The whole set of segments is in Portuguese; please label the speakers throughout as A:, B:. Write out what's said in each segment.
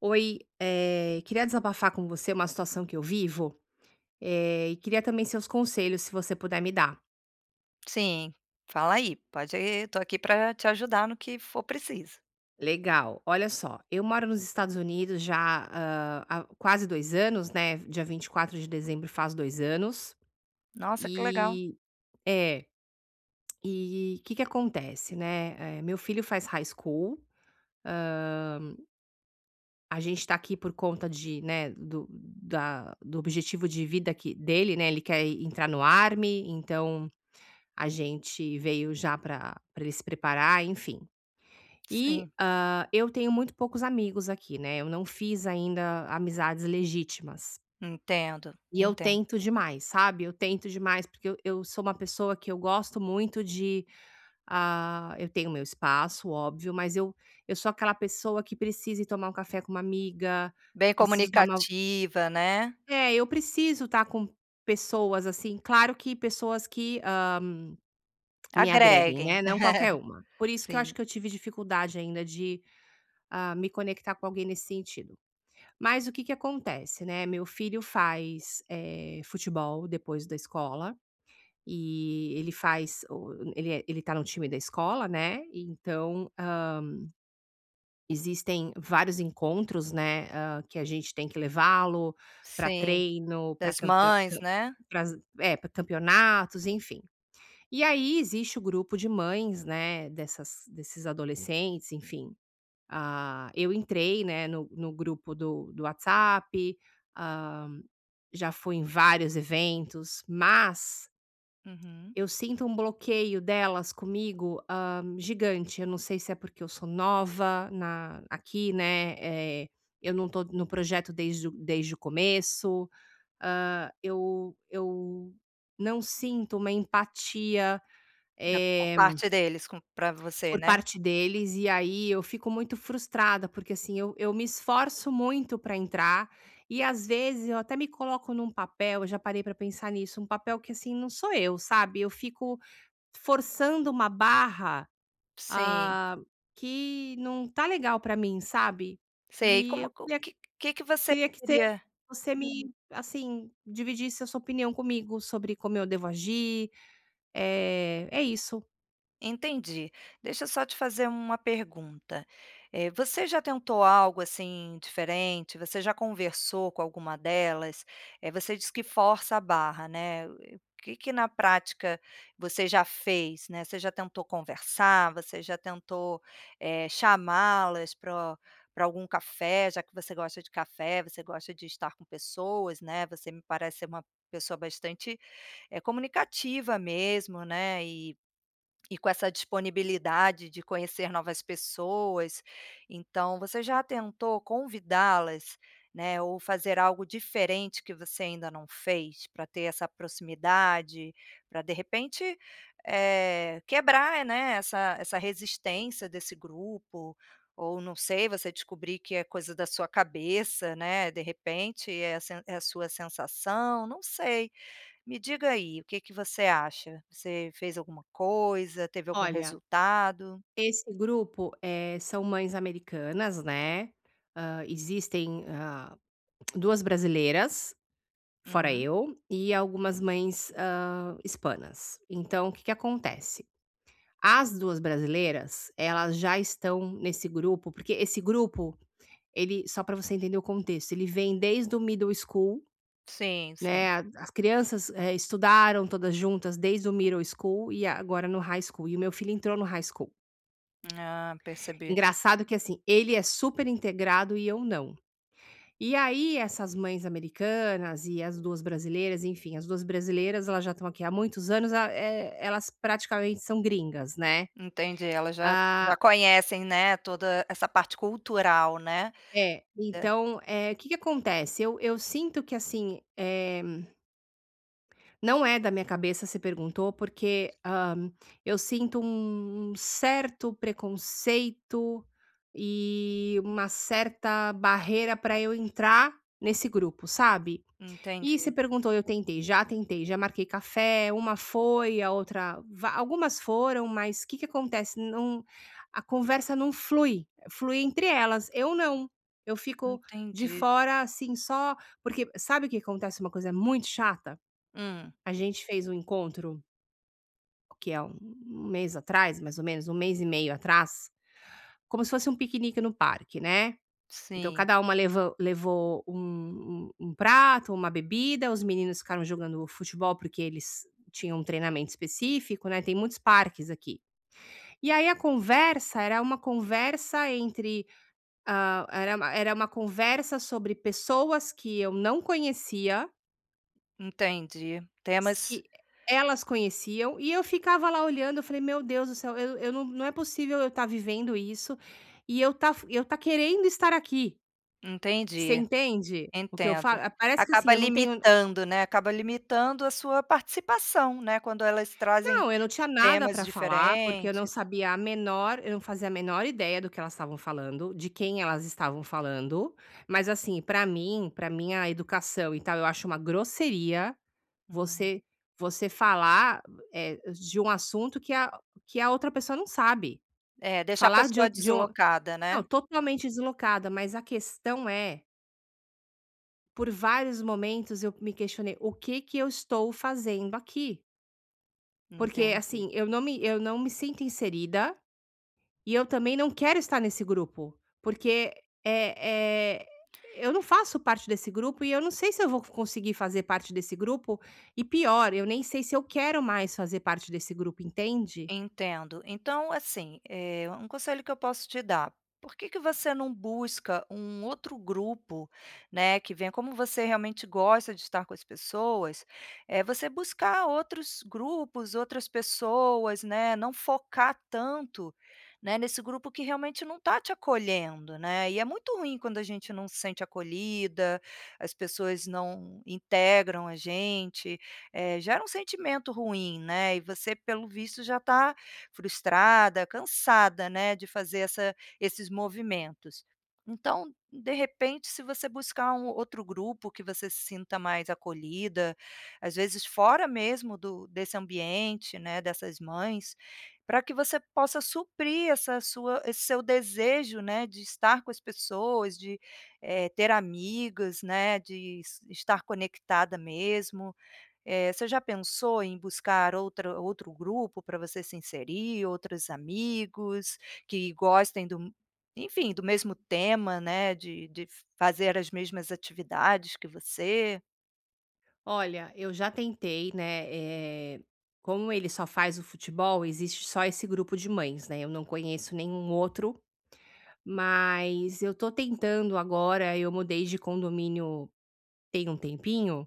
A: Oi, queria desabafar com você uma situação que eu vivo, e queria também seus conselhos, se você puder me dar.
B: Sim, fala aí, pode ir, tô aqui para te ajudar no que for preciso.
A: Legal, olha só, eu moro nos Estados Unidos já há quase 2 anos, né? Dia 24 de dezembro faz 2 anos.
B: Nossa, que legal.
A: E é, e o que que acontece, né? Meu filho faz high school, a gente tá aqui por conta de, né, do objetivo de vida que, dele, né? Ele quer entrar no Army, então a gente veio já para pra ele se preparar, enfim. E,
B: Sim,
A: eu tenho muito poucos amigos aqui, né, eu não fiz ainda amizades legítimas.
B: entendo,
A: E eu
B: entendo.
A: tento demais, sabe, eu tento demais, porque eu sou uma pessoa que eu gosto muito de, eu tenho meu espaço, óbvio, mas eu sou aquela pessoa que precisa ir tomar um café com uma amiga,
B: Bem
A: preciso dar uma
B: comunicativa, né.
A: é, eu preciso estar com pessoas, assim, claro que pessoas que, hã me agreguem,
B: Agreguem.
A: né, não qualquer uma. Por isso que eu acho
B: Sim,
A: que eu tive dificuldade ainda de, me conectar com alguém nesse sentido. Mas o que que acontece, né, meu filho faz, futebol depois da escola, e ele faz o ele é ele tá no time da escola, né, então, existem vários encontros, né, que a gente tem que levá-lo para
B: sim,
A: treino, para
B: das
A: campe
B: mães, né.
A: pra campeonatos, enfim. E aí existe o grupo de mães, né, dessas desses adolescentes, enfim. Ah, eu entrei, né, no grupo do WhatsApp, hã, já fui em vários eventos, mas
B: Uhum.
A: eu sinto um bloqueio delas comigo, gigante. Eu não sei se é porque eu sou nova na aqui, né, eh, eu não tô no projeto desde o começo. Ah, eu não sinto uma empatia,
B: Da por
A: eh
B: parte deles para você,
A: por
B: né.
A: parte deles, e aí eu fico muito frustrada, porque assim, eu me esforço muito para entrar, e às vezes eu até me coloco num papel, eu já parei para pensar nisso, um papel que assim, não sou eu, sabe? Eu fico forçando uma barra
B: Sim,
A: ah, que não tá legal para mim, sabe?
B: sei.
A: E
B: Como
A: eu
B: co que você
A: queria que
B: diria?
A: você me, assim, dividisse a sua opinião comigo sobre como eu devo agir, é, é isso.
B: Entendi. Deixa eu só te fazer uma pergunta. Você já tentou algo, assim, diferente? Você já conversou com alguma delas? Você diz que força a barra, né? O que que na prática você já fez, né? Você já tentou conversar? Você já tentou, chamá-las para pra algum café, já que você gosta de café, você gosta de estar com pessoas, né, você me parece ser uma pessoa bastante, comunicativa mesmo, né, e com essa disponibilidade de conhecer novas pessoas, então você já tentou convidá-las, né, ou fazer algo diferente que você ainda não fez, para ter essa proximidade, para de repente, quebrar, né, essa resistência desse grupo, ou não sei, você descobrir que é coisa da sua cabeça, né, de repente é a sen é a sua sensação, não sei. Me diga aí, o que que você acha? Você fez alguma coisa? Teve algum
A: Olha,
B: resultado?
A: esse grupo, são mães americanas, né, existem, duas brasileiras, fora
B: Uhum.
A: eu, e algumas mães, hispanas. Então o que que acontece? As 2 brasileiras, elas já estão nesse grupo, porque esse grupo, ele, só para você entender o contexto, ele vem desde o middle school,
B: Sim,
A: né,
B: sim.
A: a as crianças, estudaram todas juntas desde o middle school e agora no high school, e o meu filho entrou no high school.
B: Ah, percebi.
A: Engraçado que, assim, ele é super integrado e eu não. E aí essas mães americanas e as 2 brasileiras, enfim, as 2 brasileiras, elas já estão aqui há muitos anos, elas praticamente são gringas, né.
B: Entendi, elas já
A: Ah
B: já conhecem, né, toda essa parte cultural, né.
A: é,
B: Da
A: então, o que que acontece? Eu sinto que, assim, não é da minha cabeça, se perguntou, porque, eu sinto um certo preconceito e uma certa barreira para eu entrar nesse grupo, sabe. E se
B: entendi,
A: perguntou, eu tentei, já marquei café, uma foi, a outra va algumas foram, mas o que que acontece, a conversa não flui, flui entre elas, eu não. Eu fico de
B: entendi.
A: fora, assim, só. Porque sabe o que acontece, uma coisa muito chata?
B: Hum,
A: A gente fez um encontro, o que é um mês atrás, mais ou menos, um mês e meio atrás, como se fosse um piquenique no parque, né. Então
B: sim,
A: cada uma levou um prato, uma bebida, os meninos ficaram jogando futebol, porque eles tinham um treinamento específico, né, tem muitos parques aqui. E aí a conversa era uma conversa entre, era uma conversa sobre pessoas que eu não conhecia
B: entendi.
A: S
B: Temas
A: que elas conheciam, e eu ficava lá olhando, eu falei: "Meu Deus do céu, eu não é possível eu estar vivendo isso, e eu tá querendo estar aqui". Você
B: entendi,
A: entende o que eu
B: entendo.
A: falo? Ah, parece que assim,
B: Acaba
A: eu não tenho,
B: limitando, né, acaba limitando a sua participação, né, quando elas trazem
A: não, eu não tinha nada
B: temas
A: para falar, porque
B: diferentes.
A: eu não fazia a menor ideia do que elas estavam falando, de quem elas estavam falando, mas assim, para minha educação e tal, eu acho uma grosseria.
B: Hum.
A: Você Você falar, de um assunto que a outra pessoa não sabe.
B: É, deixar a
A: Falar de o
B: pessoa
A: de um
B: deslocada,
A: Não,
B: né.
A: totalmente deslocada, mas a questão é, por vários momentos eu me questionei: "O que que eu estou fazendo aqui?". Porque,
B: Entendi.
A: assim, eu não me sinto inserida. E eu também não quero estar nesse grupo, porque, eh eh, eu não faço parte desse grupo e eu não sei se eu vou conseguir fazer parte desse grupo, e pior, eu nem sei se eu quero mais fazer parte desse grupo, entende?
B: Entendo. Então, assim, um conselho que eu posso te dar, por que que você não busca um outro grupo, né, que venha como você realmente gosta de estar com as pessoas. É você buscar outros grupos, outras pessoas, né, não focar tanto, né, nesse grupo que realmente não está te acolhendo, né. E é muito ruim quando a gente não se sente acolhida, as pessoas não integram a gente, gera um sentimento ruim, né, e você pelo visto já está frustrada, cansada, né, de fazer essa esses movimentos. Então, de repente, se você buscar um outro grupo que você se sinta mais acolhida, às vezes fora mesmo do desse ambiente, né, dessas mães, para que você possa suprir essa sua esse seu desejo, né, de estar com as pessoas, de, ter amigas, né, de es estar conectada mesmo. Você já pensou em buscar outra outro grupo para você se inserir, outros amigos que gostem do, enfim, do mesmo tema, né, de fazer as mesmas atividades que você?
A: Olha, eu já tentei, né, como ele só faz o futebol, existe só esse grupo de mães, né, eu não conheço nenhum outro, mas eu tô tentando agora, eu mudei de condomínio tem um tempinho.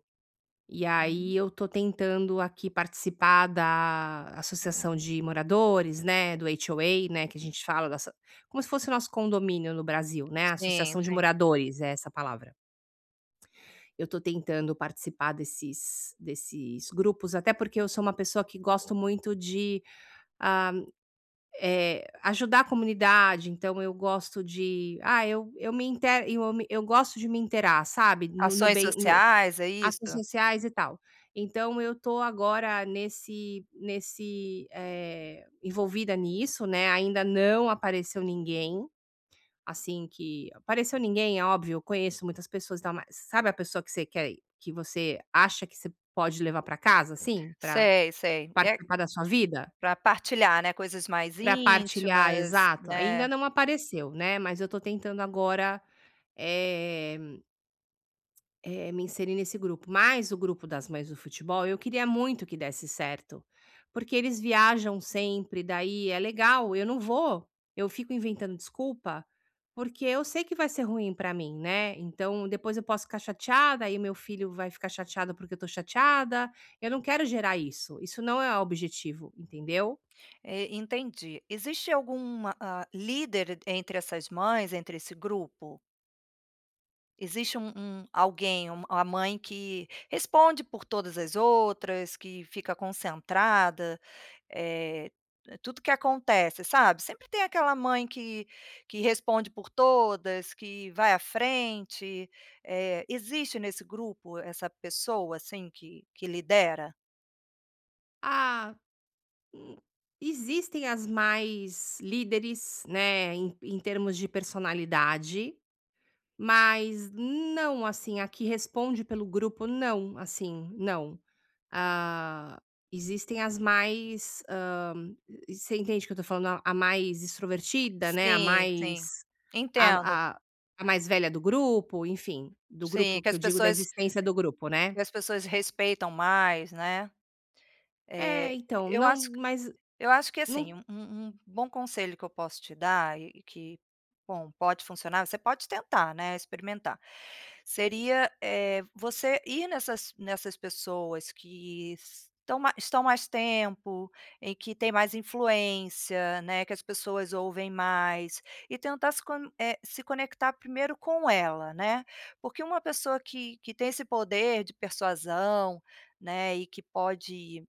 A: E
B: Uhum.
A: aí eu tô tentando aqui participar da associação de moradores, né, do HOA, né, que a gente fala dessa, como se fosse o nosso condomínio no Brasil, né,
B: Sim,
A: associação de
B: sim.
A: moradores, é essa palavra. Eu tô tentando participar desses grupos, até porque eu sou uma pessoa que gosto muito de, ah, ajudar a comunidade, então eu gosto de ah, eu gosto de me interar, sabe, no no
B: Ações
A: bem no
B: sociais, é
A: ações
B: isso?
A: sociais e tal. Então eu tô agora envolvida nisso, né, ainda não apareceu ninguém, assim, que apareceu ninguém, é óbvio, eu conheço muitas pessoas e tal, mas sabe a pessoa que você quer, que você acha que você pode levar para casa, assim, para
B: Sei, sei. É
A: participar da sua vida?
B: para partilhar, né, coisas mais
A: Para partilhar,
B: íntimas,
A: exato. Ainda
B: né.
A: não apareceu, né, mas eu tô tentando agora, eh me inserir nesse grupo, mas o grupo das mães do futebol, eu queria muito que desse certo, porque eles viajam sempre, daí é legal, eu não vou, eu fico inventando desculpa, porque eu sei que vai ser ruim pra mim, né? Então depois eu posso ficar chateada, aí meu filho vai ficar chateado porque eu tô chateada. Eu não quero gerar isso, isso não é o objetivo, entendeu?
B: E entendi. Existe algum líder entre essas mães, entre esse grupo? Existe alguém, um a mãe que responde por todas as outras, que fica concentrada, eh, é tudo que acontece, sabe. Sempre tem aquela mãe que responde por todas, que vai à frente, existe nesse grupo essa pessoa, assim, que lidera?
A: Ah, hum, existem as mais líderes, né, em termos de personalidade, mas não, assim, a que responde pelo grupo, não, assim, não. Ah, existem as mais, você entende que eu tô falando? A mais extrovertida, né,
B: Sim, sim. Entendo.
A: a a a mais velha do grupo, enfim, do
B: Sim,
A: grupo que eu digo da existência do grupo, né.
B: que as pessoas respeitam mais, né.
A: É,
B: Eh,
A: então,
B: eu
A: não,
B: acho
A: mas
B: Eu acho que
A: não.
B: assim, um bom conselho que eu posso te dar e que, bom, pode funcionar, você pode tentar, né, experimentar. Seria, você ir nessas pessoas que estão ma estão mais tempo, em que tem mais influência, né, que as pessoas ouvem mais, e tentar se conectar primeiro com ela, né. Porque uma pessoa que tem esse poder de persuasão, né, e que pode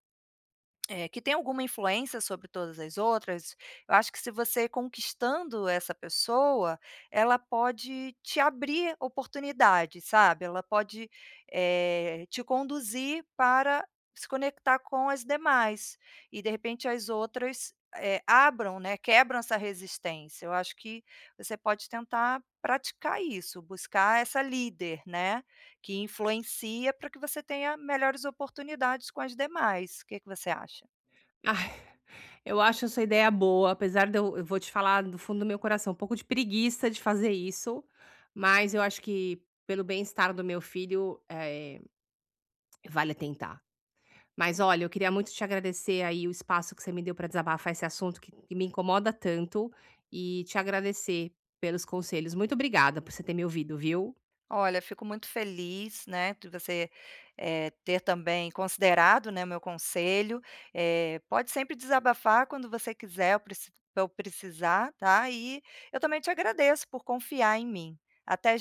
B: é, que tem alguma influência sobre todas as outras, eu acho que se você conquistando essa pessoa, ela pode te abrir oportunidades, sabe, ela pode, te conduzir para se conectar com as demais, e de repente as outras, abram, né, quebram essa resistência. Eu acho que você pode tentar praticar isso, buscar essa líder, né, que influencia para que você tenha melhores oportunidades com as demais. O que que você acha?
A: Eu acho essa ideia boa, apesar de eu vou te falar do fundo do meu coração, um pouco de preguiça de fazer isso, mas eu acho que pelo bem-estar do meu filho, vale tentar. Mas olha, eu queria muito te agradecer aí o espaço que você me deu para desabafar esse assunto que me incomoda tanto, e te agradecer pelos conselhos. Muito obrigada por você ter me ouvido, viu?
B: Olha, fico muito feliz, né, de você, ter também considerado, né, o meu conselho. Pode sempre desabafar quando você quiser, eu precisar, tá. E eu também te agradeço por confiar em mim. Até